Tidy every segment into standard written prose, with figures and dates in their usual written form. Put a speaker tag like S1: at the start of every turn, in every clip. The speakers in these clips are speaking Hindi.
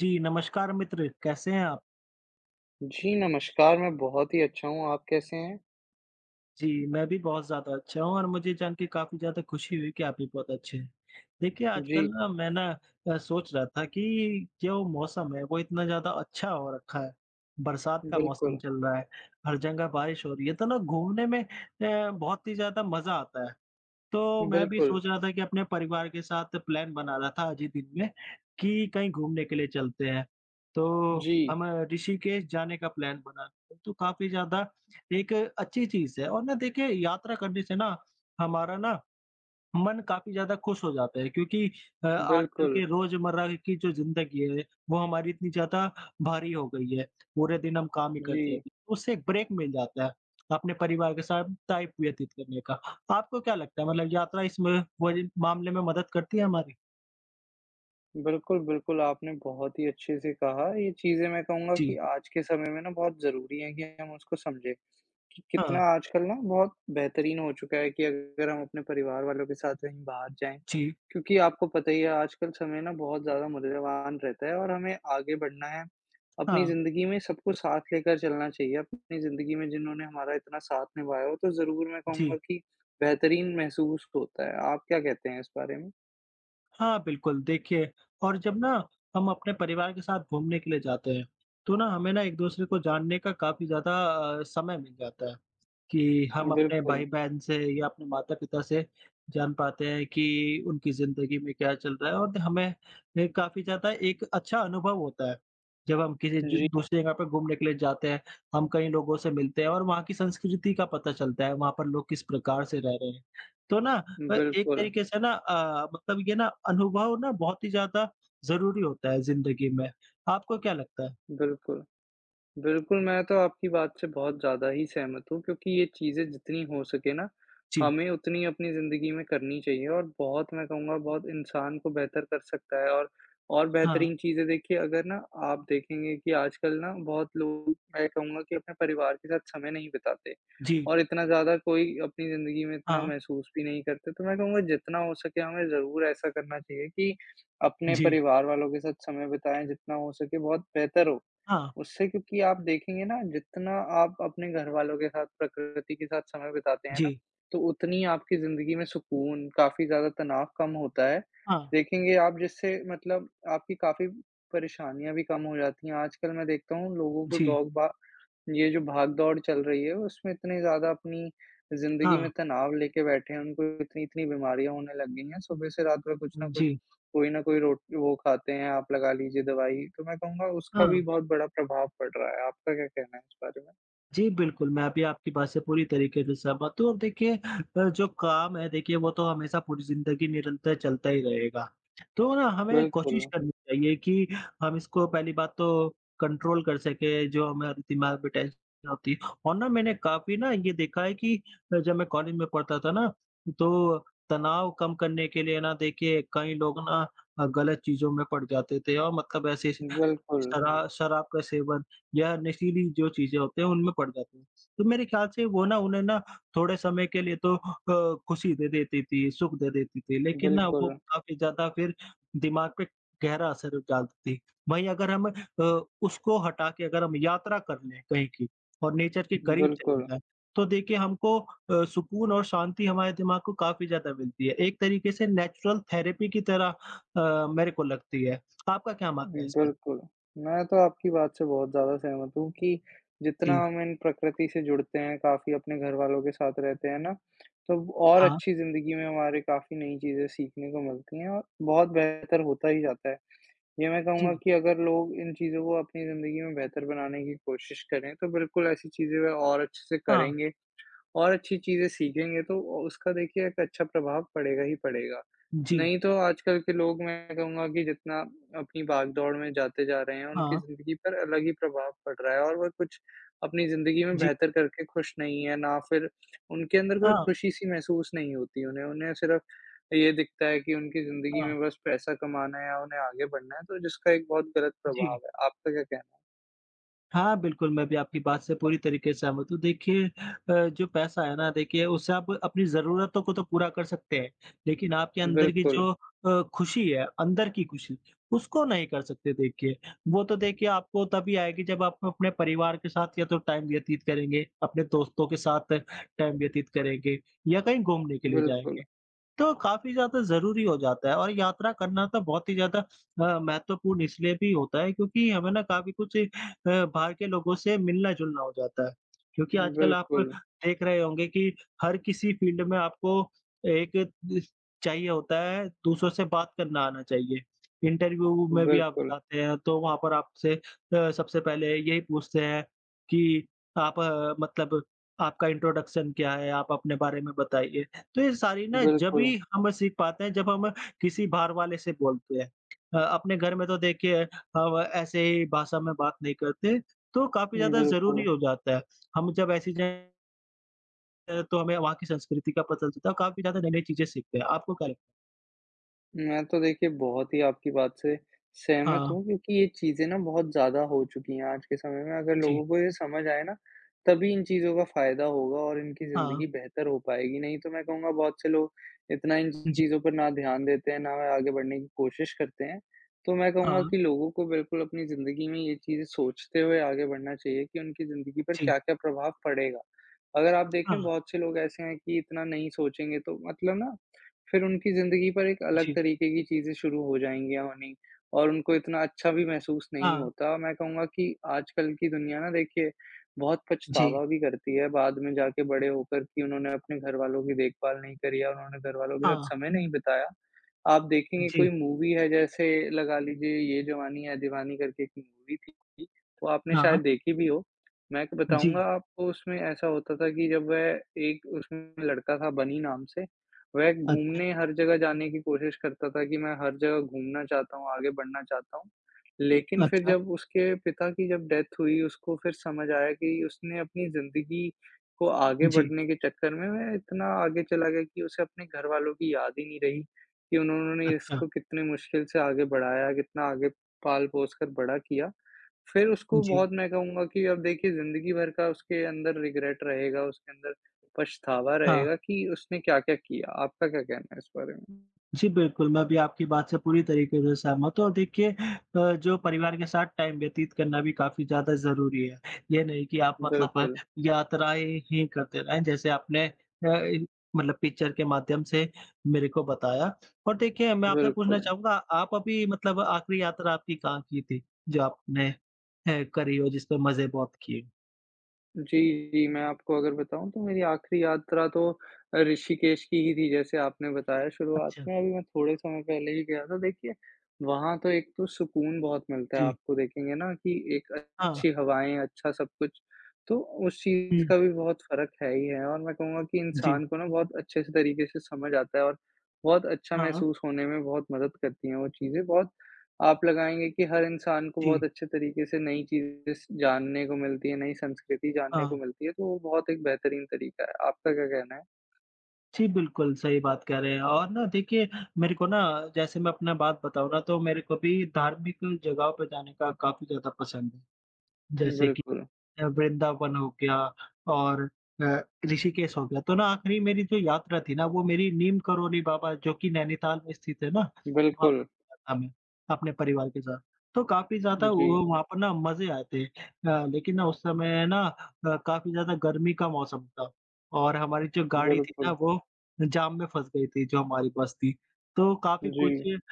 S1: जी, नमस्कार मित्र, कैसे हैं आप?
S2: जी, नमस्कार, मैं बहुत ही अच्छा हूँ, आप कैसे हैं?
S1: जी, मैं भी बहुत ज़्यादा अच्छा हूँ और मुझे जान के काफ़ी ज़्यादा खुशी हुई कि आप भी बहुत अच्छे हैं। देखिए, आजकल
S2: जी,
S1: ना मैं ना सोच रहा था कि जो मौसम है, वो इतना ज़्यादा अच्छा हो रखा है। बरसात का मौसम
S2: बिल्कुल,
S1: चल रहा है, हर जगह बारिश हो रही है, तो ना घूमने में बहुत ही ज़्यादा मज़ा आता है। तो मैं भी
S2: बिल्कुल।
S1: सोच रहा था कि अपने परिवार के साथ प्लान बना रहा था आज ही दिन में कि कहीं घूमने के लिए चलते हैं। तो
S2: जी,
S1: हम ऋषिकेश जाने का प्लान बना रहे हैं, तो काफ़ी ज़्यादा एक अच्छी चीज़ है और ना देखिए यात्रा करने से ना हमारा ना मन काफ़ी ज़्यादा खुश हो जाता है क्योंकि आजकल
S2: बिल्कुल।
S1: के रोज़मर्रा की जो ज़िंदगी है, वो हमारी इतनी ज़्यादा भारी हो गई है। पूरे दिन हम काम ही करते
S2: जी,
S1: रहते हैं, तो उससे एक ब्रेक मिल जाता है, अपने परिवार के साथ टाइम व्यतीत करने का। आपको क्या लगता है मतलब यात्रा इसमें वही मामले में मदद करती है हमारी?
S2: बिल्कुल, बिल्कुल, आपने बहुत ही अच्छे से कहा, ये चीज़ें मैं कहूँगा
S1: जी।
S2: कि आज के समय में ना बहुत ज़रूरी है कि हम उसको समझें। कि
S1: हाँ।
S2: कितना आजकल ना बहुत बेहतरीन हो चुका है कि अगर हम अपने परिवार वालों के साथ कहीं बाहर जाएँ,
S1: जी।
S2: क्योंकि आपको पता ही है आजकल समय ना बहुत ज़्यादा मूल्यवान रहता है और हमें आगे बढ़ना है। अपनी
S1: हाँ।
S2: ज़िंदगी में सबको साथ लेकर चलना चाहिए। अपनी ज़िंदगी में जिन्होंने हमारा इतना साथ निभाया हो, तो ज़रूर मैं
S1: जी।
S2: कहूँगा कि बेहतरीन महसूस होता है। आप क्या कहते हैं इस बारे में?
S1: हाँ, बिल्कुल देखिए और जब ना हम अपने परिवार के साथ घूमने के लिए जाते हैं, तो ना हमें ना एक-दूसरे को जानने का काफ़ी ज़्यादा समय मिल जाता है। कि हम अपने
S2: बिल्कुल।
S1: भाई-बहन से या अपने माता-पिता से जान पाते हैं कि उनकी ज़िंदगी में क्या चल रहा है और हमें ये काफ़ी ज़्यादा एक अच्छा अनुभव होता है। जब हम किसी ज
S2: जी,
S1: दूसरी जगह पे घूमने के लिए जाते हैं, हम कई लोगों से मिलते हैं और वहाँ की संस्कृति का पता चलता है, वहाँ पर लोग किस प्रकार से रह रहे हैं। तो ना एक
S2: बिल्कुल,
S1: तरीके से ना मतलब ये ना अनुभव ना बहुत ही ज़्यादा ज़रूरी होता है ज़िंदगी में। आपको क्या लगता है?
S2: बिल्कुल। बिल्कुल, मैं तो आपकी बात से बहुत ज़्यादा ही सहमत हूँ क्योंकि ये चीज़ें जितनी हो सके ना,
S1: जी।
S2: हमें उतनी अपनी ज़िंदगी में करनी चाहिए और बहुत मैं कहूँगा बहुत इंसान को बेहतर कर सकता है और
S1: हाँ।
S2: बेहतरीन चीज़ें देखिए अगर ना आप देखेंगे कि आजकल ना बहुत लोग मैं कहूँगा कि अपने परिवार के साथ समय नहीं बिताते
S1: जी।
S2: और इतना ज़्यादा कोई अपनी ज़िंदगी में इतना
S1: हाँ।
S2: महसूस भी नहीं करते। तो मैं कहूँगा जितना हो सके हमें ज़रूर ऐसा करना चाहिए कि अपने
S1: जी।
S2: परिवार वालों के साथ समय बिताएँ जितना हो सके बहुत बेहतर हो।
S1: हाँ।
S2: उससे क्योंकि आप देखेंगे ना जितना आप अपने घरवालों के साथ, प्रकृति के साथ समय बिताते हैं ना,
S1: जी।
S2: तो उतनी आपकी ज़िंदगी में सुकून, काफ़ी ज़्यादा तनाव कम होता है।
S1: हाँ।
S2: देखेंगे आप जिससे मतलब आपकी काफ़ी परेशानियाँ भी कम हो जाती हैं। आजकल मैं देखता हूँ लोगों को
S1: जी,
S2: दौग भा ये जो भाग-दौड़ चल रही है, उसमें इतने ज़्यादा अपनी ज़िंदगी
S1: हाँ,
S2: में तनाव लेके बैठे हैं, उनको इतनी-इतनी बीमारियाँ होने लग गई हैं, सुबह से रात भर कुछ ना कुछ,
S1: जी,
S2: कोई ना कोई रोट वो खाते हैं, आप लगा लीजिए दवाई, तो मैं कहूँगा उसका
S1: हाँ।
S2: भी बहुत बड़ा प्रभाव पड़ रहा है। आपका क्या कहना है इस बारे में?
S1: जी, बिल्कुल, मैं भी आपकी बात से पूरी तरीके से सहमत हूँ और देखिए जो काम है देखिए वो तो हमेशा पूरी ज़िंदगी निरंतर चलता ही रहेगा। तो ना हमें
S2: बिल्कुल,
S1: कोशिश करनी चाहिए कि हम इसको पहली बात तो कंट्रोल कर सकें, जो हमारे दिमाग में टेंशन होती है और ना मैंने काफ़ी ना ये देखा है कि जब मैं कॉलेज में पढ़ता था ना, तो तनाव कम करने के लिए ना देखिए कई लोग ना गलत चीज़ों में पड़ जाते थे और मतलब ऐसे
S2: बिल्कुल,
S1: शराब का सेवन या नशीली जो चीज़ें होते हैं, उनमें पड़ जाते हैं। तो मेरे ख्याल से वो ना उन्हें ना थोड़े समय के लिए तो खुशी दे देती थी, सुख दे देती थी, लेकिन ना हुँ। वो
S2: बिल्कुल,
S1: काफ़ी ज़्यादा फिर दिमाग पे गहरा असर डालती थी। वहीं अगर हम उसको हटा के अगर हम यात्रा कर लें कहीं की और नेचर के हुँ। करीब चले
S2: बिल्कुल।
S1: जाएँ, तो देखिए हमको सुकून और शांति हमारे दिमाग को काफ़ी ज़्यादा मिलती है। एक तरीके से नेचुरल थेरेपी की तरह मेरे को लगती है। आपका क्या मानना है इस पर?
S2: बिल्कुल, मैं तो आपकी बात से बहुत ज़्यादा सहमत हूँ कि जितना
S1: जी।
S2: हम इन प्रकृति से जुड़ते हैं, काफ़ी अपने घरवालों के साथ रहते हैं ना, तो और
S1: हाँ।
S2: अच्छी ज़िंदगी में हमारे काफ़ी नई चीज़ें सीखने को मिलती हैं और बहुत बेहतर होता ही जाता है। ये मैं कहूँगा
S1: जी।
S2: कि अगर लोग इन चीज़ों को अपनी ज़िंदगी में बेहतर बनाने की कोशिश करें, तो बिल्कुल ऐसी चीज़ें वे और अच्छे से
S1: हाँ।
S2: करेंगे और अच्छी चीज़ें सीखेंगे तो उसका देखिए एक अच्छा प्रभाव पड़ेगा ही पड़ेगा।
S1: जी,
S2: नहीं तो आजकल के लोग मैं कहूँगा कि जितना अपनी भाग-दौड़ में जाते जा रहे हैं, उनकी
S1: हाँ,
S2: ज़िंदगी पर अलग ही प्रभाव पड़ रहा है और वह कुछ अपनी ज़िंदगी में
S1: जी,
S2: बेहतर करके खुश नहीं है, ना फिर उनके अंदर कोई
S1: हाँ,
S2: खुशी-सी महसूस नहीं होती उन्हें। उन्हें सिर्फ़ ये दिखता है कि उनकी ज़िंदगी
S1: हाँ,
S2: में बस पैसा कमाना है या उन्हें आगे बढ़ना है, तो जिसका एक बहुत गलत
S1: जी।
S2: प्रभाव है। आपका क्या कहना है?
S1: हाँ, बिल्कुल, मैं भी आपकी बात से पूरी तरीके से सहमत हूँ। देखिए जो पैसा है ना देखिए उससे आप अपनी ज़रूरतों को तो पूरा कर सकते हैं, लेकिन आपके अंदर की
S2: बिल्कुल,
S1: जो खुशी है, अंदर की खुशी, उसको नहीं कर सकते देखिए। वो तो देखिए आपको तभी आएगी जब आप अपने परिवार के साथ या तो टाइम व्यतीत करेंगे, अपने दोस्तों के साथ टाइम व्यतीत करेंगे या कहीं घूमने के लिए
S2: बिल्कुल,
S1: जाएँगे। तो काफ़ी ज़्यादा ज़रूरी हो जाता है और यात्रा करना तो बहुत ही ज़्यादा महत्वपूर्ण इसलिए भी होता है क्योंकि हमें ना काफ़ी कुछ बाहर के लोगों से मिलना-जुलना हो जाता है। क्योंकि आजकल आप
S2: बिल्कुल,
S1: देख रहे होंगे कि हर किसी फ़ील्ड में आपको एक दिस चाहिए होता है, दूसरों से बात करना आना चाहिए। इंटरव्यू में भी आप
S2: बिल्कुल,
S1: जाते हैं तो वहाँ पर आपसे सबसे पहले यही पूछते हैं कि आप मतलब आपका इंट्रोडक्शन क्या है? आप अपने बारे में बताइए। तो ये सारी ना जब
S2: बिल्कुल।
S1: ही हम सीख पाते हैं जब हम किसी बाहर वाले से बोलते हैं। अपने घर में तो देखिए हम ऐसे ही भाषा में बात नहीं करते, तो काफ़ी ज़्यादा ज़रूरी
S2: बिल्कुल,
S1: हो जाता है। हम जब ऐसी जगह तो हमें वहाँ की संस्कृति का पता चलता है और काफ़ी ज़्यादा नई-नई चीज़ें सीखते हैं। आपको क्या लगता है?
S2: मैं तो देखिए बहुत ही आपकी बात से सहमत
S1: हाँ,
S2: हूँ क्योंकि ये चीज़ें ना बहुत ज़्यादा हो चुकी हैं आज के समय में, अगर
S1: जी,
S2: लोगों को ये समझ आए ना, तभी इन चीज़ों का फ़ायदा होगा और इनकी
S1: हाँ,
S2: ज़िंदगी बेहतर हो पाएगी, नहीं तो मैं कहूँगा बहुत से लोग इतना इन
S1: जी,
S2: चीज़ों पर ना ध्यान देते हैं, ना वह आगे बढ़ने की कोशिश करते हैं। तो मैं कहूँगा
S1: हाँ,
S2: कि लोगों को बिल्कुल अपनी ज़िंदगी में ये चीज़ें सोचते हुए आगे बढ़ना चाहिए कि उनकी ज़िंदगी पर
S1: जी,
S2: क्या-क्या प्रभाव पड़ेगा। अगर आप देखें
S1: हाँ,
S2: बहुत से लोग ऐसे हैं कि इतना नहीं सोचेंगे तो मतलब ना फिर उनकी ज़िंदगी पर एक अलग
S1: जी,
S2: तरीके की चीज़ें शुरू हो जाएँगी या होनी और उनको इतना अच्छा भी महसूस नहीं
S1: हाँ,
S2: होता। मैं कहूँगा कि आजकल की दुनिया ना देखिए बहुत
S1: जी,
S2: पछतावा भी करती है बाद में जाके बड़े होकर कि उन्होंने अपने घरवालों की देखभाल नहीं करी या उन्होंने घरवालों के
S1: हाँ,
S2: साथ समय नहीं बिताया। आप देखेंगे कोई
S1: जी,
S2: मूवी है जैसे लगा लीजिए ये जवानी है दीवानी करके एक मूवी थी, वो आपने
S1: हाँ,
S2: शायद देखी भी हो। मैं
S1: जी,
S2: बताऊँगा आपको उसमें ऐसा होता था कि जब वह एक उसमें लड़का था बनी नाम से, वह
S1: अच्छा,
S2: घूमने हर जगह जाने की कोशिश करता था कि मैं हर जगह घूमना चाहता हूँ, आगे बढ़ना चाहता हूँ। लेकिन फिर
S1: अच्छा,
S2: जब उसके पिता की जब डेथ हुई, उसको फिर समझ आया कि उसने अपनी ज़िंदगी को आगे
S1: जी,
S2: बढ़ने के चक्कर में वह इतना आगे चला गया कि उसे अपने घरवालों की याद ही नहीं रही कि उन्होंने
S1: अच्छा,
S2: इसको कितने मुश्किल से आगे बढ़ाया, कितना आगे पाल-पोस कर बड़ा किया। फिर उसको
S1: जी,
S2: बहुत मैं कहूँगा कि अब देखिए ज़िंदगी भर का उसके अंदर रिग्रेट रहेगा, उसके अंदर पछतावा
S1: हाँ।
S2: रहेगा कि उसने क्या-क्या किया। आपका क्या कहना है इस बारे में?
S1: जी, बिल्कुल, मैं भी आपकी बात से पूरी तरीके से सहमत हूँ और देखिए जो परिवार के साथ टाइम व्यतीत करना भी काफ़ी ज़्यादा ज़रूरी है। ये नहीं कि आप मतलब
S2: बिल्कुल,
S1: यात्राएँ ही करते रहें, जैसे आपने इ मतलब पिक्चर के माध्यम से मेरे को बताया और देखिए मैं आपसे पूछना
S2: बिल्कुल।
S1: चाहूँगा आप अभी मतलब आखिरी यात्रा आपकी कहाँ की थी, जो आपने करी हो जिसपे मज़े बहुत किए?
S2: जी, जी। मैं आपको अगर बताऊँ तो मेरी आखिरी यात्रा तो ऋषिकेश की ही थी जैसे आपने बताया शुरुआत
S1: अच्छा,
S2: में, अभी मैं थोड़े समय पहले ही गया था। देखिए, वहाँ तो एक तो सुकून बहुत मिलता है,
S1: जी,
S2: आपको देखेंगे ना कि एक
S1: हाँ,
S2: अच्छी हवाएँ, अच्छा सब कुछ, तो उस चीज़
S1: हुँ,
S2: का भी बहुत फ़र्क है ही है और मैं कहूँगा कि
S1: जी,
S2: इंसान को ना बहुत अच्छे से तरीके से समझ आता है और बहुत अच्छा
S1: हाँ,
S2: महसूस होने में बहुत मदद करती हैं वो चीज़ें, बहुत आप लगाएँगे कि हर इंसान को
S1: जी,
S2: बहुत अच्छे तरीके से नई चीज़ें स जानने को मिलती हैं, नई संस्कृति जानने को
S1: हाँ।
S2: मिलती है, तो वो बहुत एक बेहतरीन तरीका है। आपका क्या कहना है?
S1: जी, बिल्कुल, सही बात कह रहे हैं और ना देखिए, मेरे को ना जैसे मैं अपना बात बताऊँ ना तो मेरे को भी धार्मिक जगहों पे जाने का काफ़ी ज़्यादा पसंद है। जैसे कि
S2: बिल्कुल,
S1: वृंदावन हो गया और अ, ऋषिकेश हो गया। तो ना आखिरी मेरी जो यात्रा थी ना वो मेरी नीम करोली बाबा जो कि नैनीताल में स्थित है ना, वहाँ पर
S2: बिल्कुल।
S1: गया था मैं अपने परिवार के साथ। तो काफ़ी ज़्यादा
S2: जी,
S1: वो वहाँ पर ना मज़े आए थे। लेकिन ना उस समय ना काफ़ी ज़्यादा गर्मी का मौसम था और हमारी जो गाड़ी थी ना
S2: बिल्कुल।
S1: वो जाम में फँस गई थी जो हमारी बस थी। तो काफ़ी
S2: जी,
S1: कुछ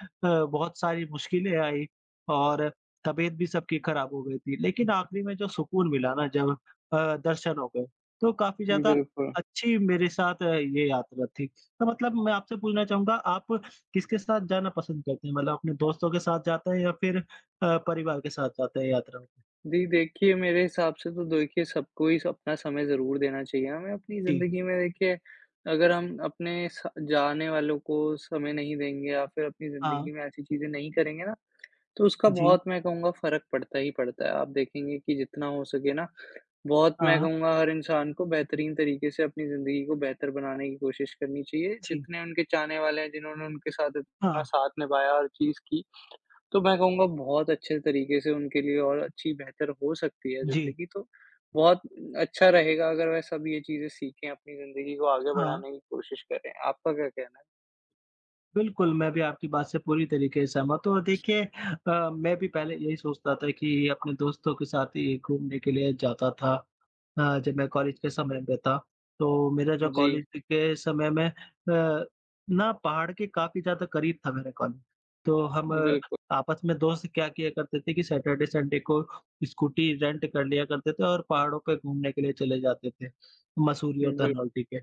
S1: बहुत सारी मुश्किलें आई और तबीयत भी सबकी खराब हो गई थी, लेकिन आखिरी में जो सुकून मिला ना जब दर्शन हो गए, तो काफ़ी ज़्यादा
S2: बिल्कुल।
S1: अच्छी मेरे साथ ये यात्रा थी। तो मतलब मैं आपसे पूछना चाहूँगा आप किसके साथ जाना पसंद करते हैं? मतलब अपने दोस्तों के साथ जाते हैं या फिर परिवार के साथ जाते हैं यात्रा पे?
S2: जी, देखिए मेरे हिसाब से तो देखिए सबको ही स अपना समय ज़रूर देना चाहिए। हमें अपनी
S1: जी,
S2: ज़िंदगी में देखिए अगर हम अपने स जाने वालों को समय नहीं देंगे या फिर अपनी
S1: हाँ,
S2: ज़िंदगी में ऐसी चीज़ें नहीं करेंगे ना तो उसका
S1: जी,
S2: बहुत मैं कहूँगा फ़र्क पड़ता ही पड़ता है। आप देखेंगे कि जितना हो सके ना, बहुत मैं
S1: हाँ,
S2: कहूँगा हर इंसान को बेहतरीन तरीके से अपनी ज़िंदगी को बेहतर बनाने की कोशिश करनी चाहिए।
S1: जी,
S2: जितने उनके चाहने वाले हैं, जिन्होंने उनके साथ इतना
S1: हाँ,
S2: साथ निभाया, हर चीज़ की, तो मैं कहूँगा बहुत अच्छे तरीके से उनके लिए और अच्छी बेहतर हो सकती है
S1: जी,
S2: ज़िंदगी। तो बहुत अच्छा रहेगा अगर वह सब ये चीज़ें सीखें, अपनी ज़िंदगी को आगे
S1: हाँ।
S2: बढ़ाने की कोशिश करें। आपका क्या कहना
S1: बिल्कुल, मैं भी आपकी बात से पूरी तरीके से सहमत हूँ और देखिए मैं भी पहले यही सोचता था कि अपने दोस्तों के साथ ही घूमने के लिए जाता था। हाँ, जब मैं कॉलेज के समय में था, तो मेरा जो
S2: है? जी,
S1: कॉलेज के समय में ना पहाड़ के काफ़ी ज़्यादा करीब था मेरा कॉलेज। तो हम
S2: बिल्कुल,
S1: आपस में दोस्त क्या किया करते थे कि सैटरडे संडे को स्कूटी रेंट कर लिया करते थे और पहाड़ों पे घूमने के लिए चले जाते थे, मसूरी और
S2: बिल
S1: धनौल्टी के।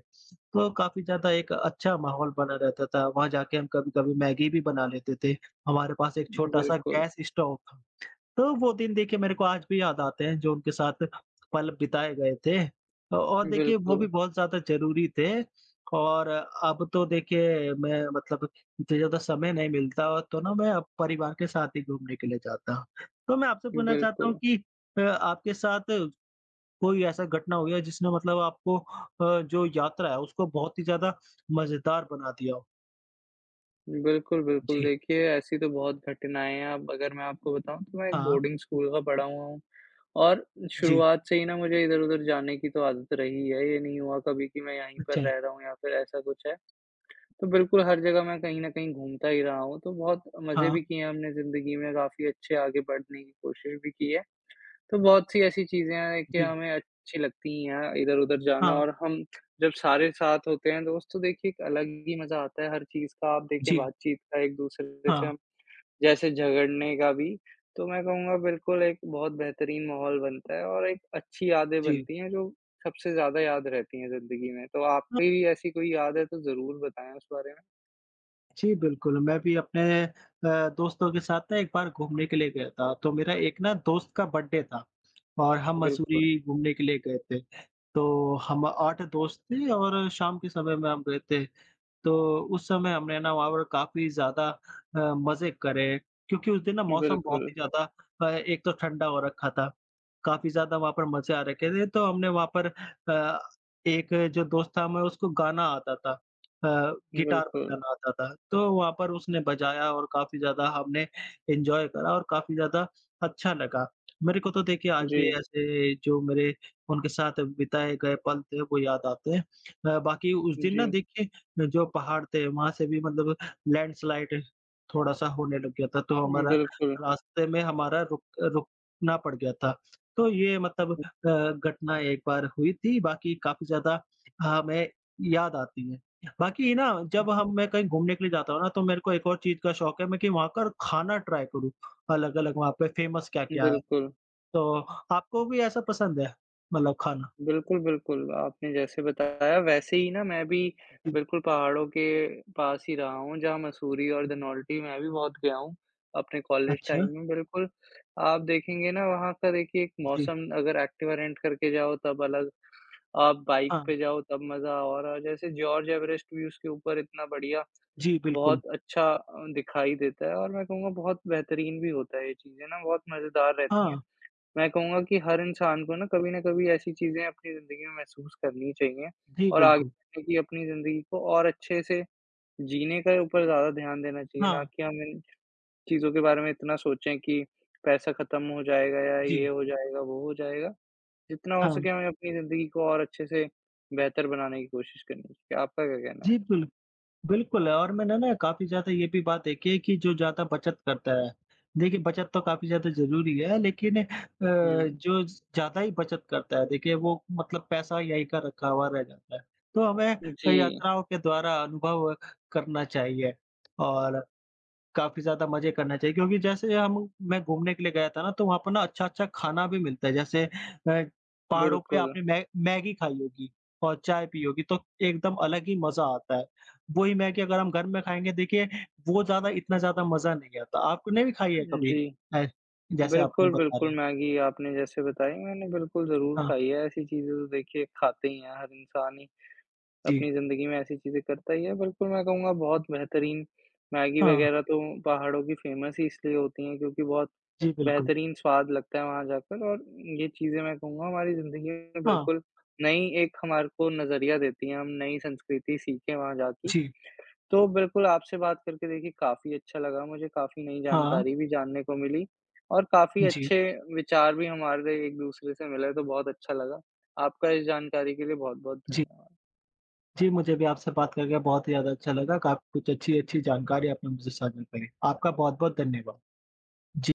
S1: तो काफ़ी ज़्यादा एक अच्छा माहौल बना रहता था, वहाँ जाके हम कभी-कभी मैगी भी बना लेते थे, हमारे पास एक छोटा-सा
S2: बिल्कुल,
S1: गैस स्टोव था। तो वो दिन देखिए मेरे को आज भी याद आते हैं जो उनके साथ पल बिताए गए थे। और देखिए वो
S2: बिल्कुल।
S1: भी बहुत ज़्यादा ज़रूरी थे और अब तो देखिए मैं मतलब इतना ज़्यादा समय नहीं मिलता और तो ना मैं अब परिवार के साथ ही घूमने के लिए जाता हूँ। तो मैं आपसे पूछना चाहता हूँ
S2: बिल्कुल,
S1: कि आपके साथ कोई ऐसा घटना हुई है जिसने मतलब आपको जो यात्रा है उसको बहुत ही ज़्यादा मज़ेदार बना दिया हो?
S2: बिल्कुल, बिल्कुल।
S1: जी।
S2: देखिए, ऐसी तो बहुत घटनाएँ हैं। अब अगर मैं आपको बताऊँ तो मैं एक
S1: हाँ।
S2: बोर्डिंग स्कूल का पढ़ा हुआ हूँ और
S1: जी।
S2: शुरुआत से ही ना मुझे इधर-उधर जाने की तो आदत रही है। ये नहीं हुआ कभी कि मैं यहीं पर
S1: अच्छा।
S2: रह रहा हूँ या फिर ऐसा कुछ है। तो बिल्कुल हर जगह मैं कहीं न कहीं घूमता ही रहा हूँ। तो बहुत मज़े भी
S1: हाँ।
S2: किए हैं हमने ज़िंदगी में, काफ़ी अच्छे आगे बढ़ने की कोशिश भी की है। तो बहुत सी ऐसी चीज़ें हैं कि
S1: जी।
S2: हमें अच्छी लगती ही हैं, इधर-उधर जाना
S1: हाँ।
S2: और हम जब सारे साथ होते हैं दोस्त तो देखिए एक अलग ही मज़ा आता है हर चीज़ का। आप देखें
S1: जी।
S2: बातचीत का एक-दूसरे से
S1: हाँ।
S2: हम जैसे झगड़ने का भी, तो मैं कहूँगा बिल्कुल एक बहुत बेहतरीन माहौल बनता है और एक अच्छी यादें
S1: जी।
S2: बनती हैं जो सबसे ज़्यादा याद रहती हैं ज़िंदगी में। तो आपकी भी ऐसी कोई याद है तो ज़रूर बताएँ उस बारे में।
S1: जी, बिल्कुल, मैं भी अपने दोस्तों के साथ ना एक बार घूमने के लिए गया था, तो मेरा एक ना दोस्त का बर्थडे था और हम
S2: बिल्कुल,
S1: मसूरी घूमने के लिए गए थे। तो हम 8 दोस्त थे और शाम के समय में हम गए थे। तो उस समय हमने ना वहाँ पर काफ़ी ज़्यादा मज़े करे क्योंकि उस दिन ना मौसम बहुत
S2: बिल्कुल,
S1: ही ज़्यादा एक तो ठंडा हो रखा था। काफ़ी ज़्यादा वहाँ पर मज़े आ रखे थे तो हमने वहाँ पर एक जो दोस्त था हमें उसको गाना आता था गिटार
S2: बिल्कुल।
S1: बजाना आता था। तो वहाँ पर उसने बजाया और काफ़ी ज़्यादा हमने एन्जॉय करा और काफ़ी ज़्यादा अच्छा लगा। मेरे को तो देखिए आज
S2: जी,
S1: भी ऐसे जो मेरे उनके साथ बिताए गए पल थे वो याद आते हैं। बाकी उस दिन ना
S2: जी।
S1: देखिए जो पहाड़ थे, वहाँ से भी मतलब लैंडस्लाइड थोड़ा-सा होने लग गया था, तो हमारा
S2: बिल्कुल,
S1: रास्ते में हमारा रुकना पड़ गया था। तो ये मतलब घटना एक बार हुई थी, बाकी काफ़ी ज़्यादा हमें याद आती है। बाकी ना जब हम मैं कहीं घूमने के लिए जाता हूँ ना, तो मेरे को एक और चीज़ का शौक है, मैं कि वहाँ का खाना ट्राई करूँ, अलग-अलग वहाँ पे फेमस क्या-क्या है।
S2: बिल्कुल।
S1: तो आपको भी ऐसा पसंद है मतलब खाना?
S2: बिल्कुल, बिल्कुल। आपने जैसे बताया वैसे ही ना मैं भी
S1: जी,
S2: बिल्कुल पहाड़ों के पास ही रहा हूँ, जहाँ मसूरी और धनौल्टी मैं भी बहुत गया हूँ, अपने कॉलेज
S1: अच्छा,
S2: टाइम में बिल्कुल। आप देखेंगे ना वहाँ का देखिए एक
S1: जी,
S2: मौसम अगर एक्टिवा रेंट करके जाओ तब अलग, आप बाइक
S1: हाँ।
S2: पे जाओ तब मज़ा और जैसे जॉर्ज एवरेस्ट भी उसके ऊपर इतना बढ़िया
S1: जी, बिल्कुल।
S2: बहुत अच्छा दिखाई देता है और मैं कहूँगा बहुत बेहतरीन भी होता है ये चीज़ें ना बहुत मज़ेदार रहती हैं।
S1: हाँ,
S2: मैं कहूँगा कि हर इंसान को ना कभी ऐसी चीज़ें अपनी ज़िंदगी में महसूस करनी चाहिए
S1: जी,
S2: और आगे
S1: बिल्कुल।
S2: जाके कि अपनी ज़िंदगी को और अच्छे से जीने के ऊपर ज़्यादा ध्यान देना चाहिए, ना
S1: हाँ,
S2: कि हम इन चीज़ों के बारे में इतना सोचें कि पैसा ख़त्म हो जाएगा या
S1: जी।
S2: ये हो जाएगा, वो हो जाएगा। जितना हो
S1: हाँ,
S2: सके हमें अपनी ज़िंदगी को और अच्छे से बेहतर बनाने की कोशिश करनी चाहिए। आपका क्या कहना
S1: जी,
S2: है?
S1: बिल्कुल है। और मैंने ना काफ़ी ज़्यादा ये भी बात देखी है कि जो ज़्यादा बचत करता है, देखिए बचत तो काफ़ी ज़्यादा ज़रूरी है लेकिन
S2: हुँ।
S1: जो ज़्यादा ही बचत करता है, देखिए वो मतलब पैसा यहीं का रखा हुआ रह जाता है। तो
S2: जी,
S1: हमें यात्राओं के द्वारा अनुभव करना चाहिए और काफ़ी ज़्यादा मज़े करना चाहिए क्योंकि जैसे हम मैं घूमने के लिए गया था ना, तो वहाँ पर ना अच्छा-अच्छा खाना भी मिलता है। जैसे पहाड़ों पे
S2: बिल्कुल।
S1: आपने मै मैगी खाई होगी और चाय पी होगी, तो एकदम अलग ही मज़ा आता है। वही मैगी अगर हम घर में खाएँगे, देखिए वो ज़्यादा इतना ज़्यादा मज़ा नहीं आता। आपने भी खाई है कभी?
S2: जी।
S1: अ, जैसे आपने
S2: बिल्कुल,
S1: बता रहे
S2: बिल्कुल,
S1: हैं।
S2: मैगी आपने जैसे बताई मैंने बिल्कुल ज़रूर
S1: हाँ,
S2: खाई है, ऐसी चीज़ें तो देखिए खाते ही हैं, हर इंसान ही
S1: जी।
S2: अपनी ज़िंदगी में ऐसी चीज़ें करता ही है। बिल्कुल, मैं कहूँगा बहुत बेहतरीन मैगी
S1: हाँ,
S2: वग़ैरह तो पहाड़ों की फ़ेमस ही इसलिए होती हैं क्योंकि बहुत
S1: जी बिल्कुल।
S2: बेहतरीन स्वाद लगता है वहाँ जाकर और ये चीज़ें मैं कहूँगा हमारी ज़िंदगी में
S1: हाँ,
S2: बिल्कुल नई एक हमारे को नज़रिया देती हैं, हम नई संस्कृति सीखें वहाँ जाके।
S1: जी।
S2: तो बिल्कुल आपसे बात करके देखिए काफ़ी अच्छा लगा मुझे, काफ़ी नई
S1: हाँ,
S2: जानकारी भी जानने को मिली और काफ़ी
S1: जी,
S2: अच्छे विचार भी हमारे एक-दूसरे से मिले, तो बहुत अच्छा लगा। आपका इस जानकारी के लिए बहुत-बहुत
S1: जी।
S2: धन्यवाद।
S1: जी, मुझे भी आपसे बात करके बहुत ही ज़्यादा अच्छा लगा। काफ़ी कुछ अच्छी-अच्छी जानकारी आपने मुझसे साझा करी। आपका बहुत-बहुत धन्यवाद। जी।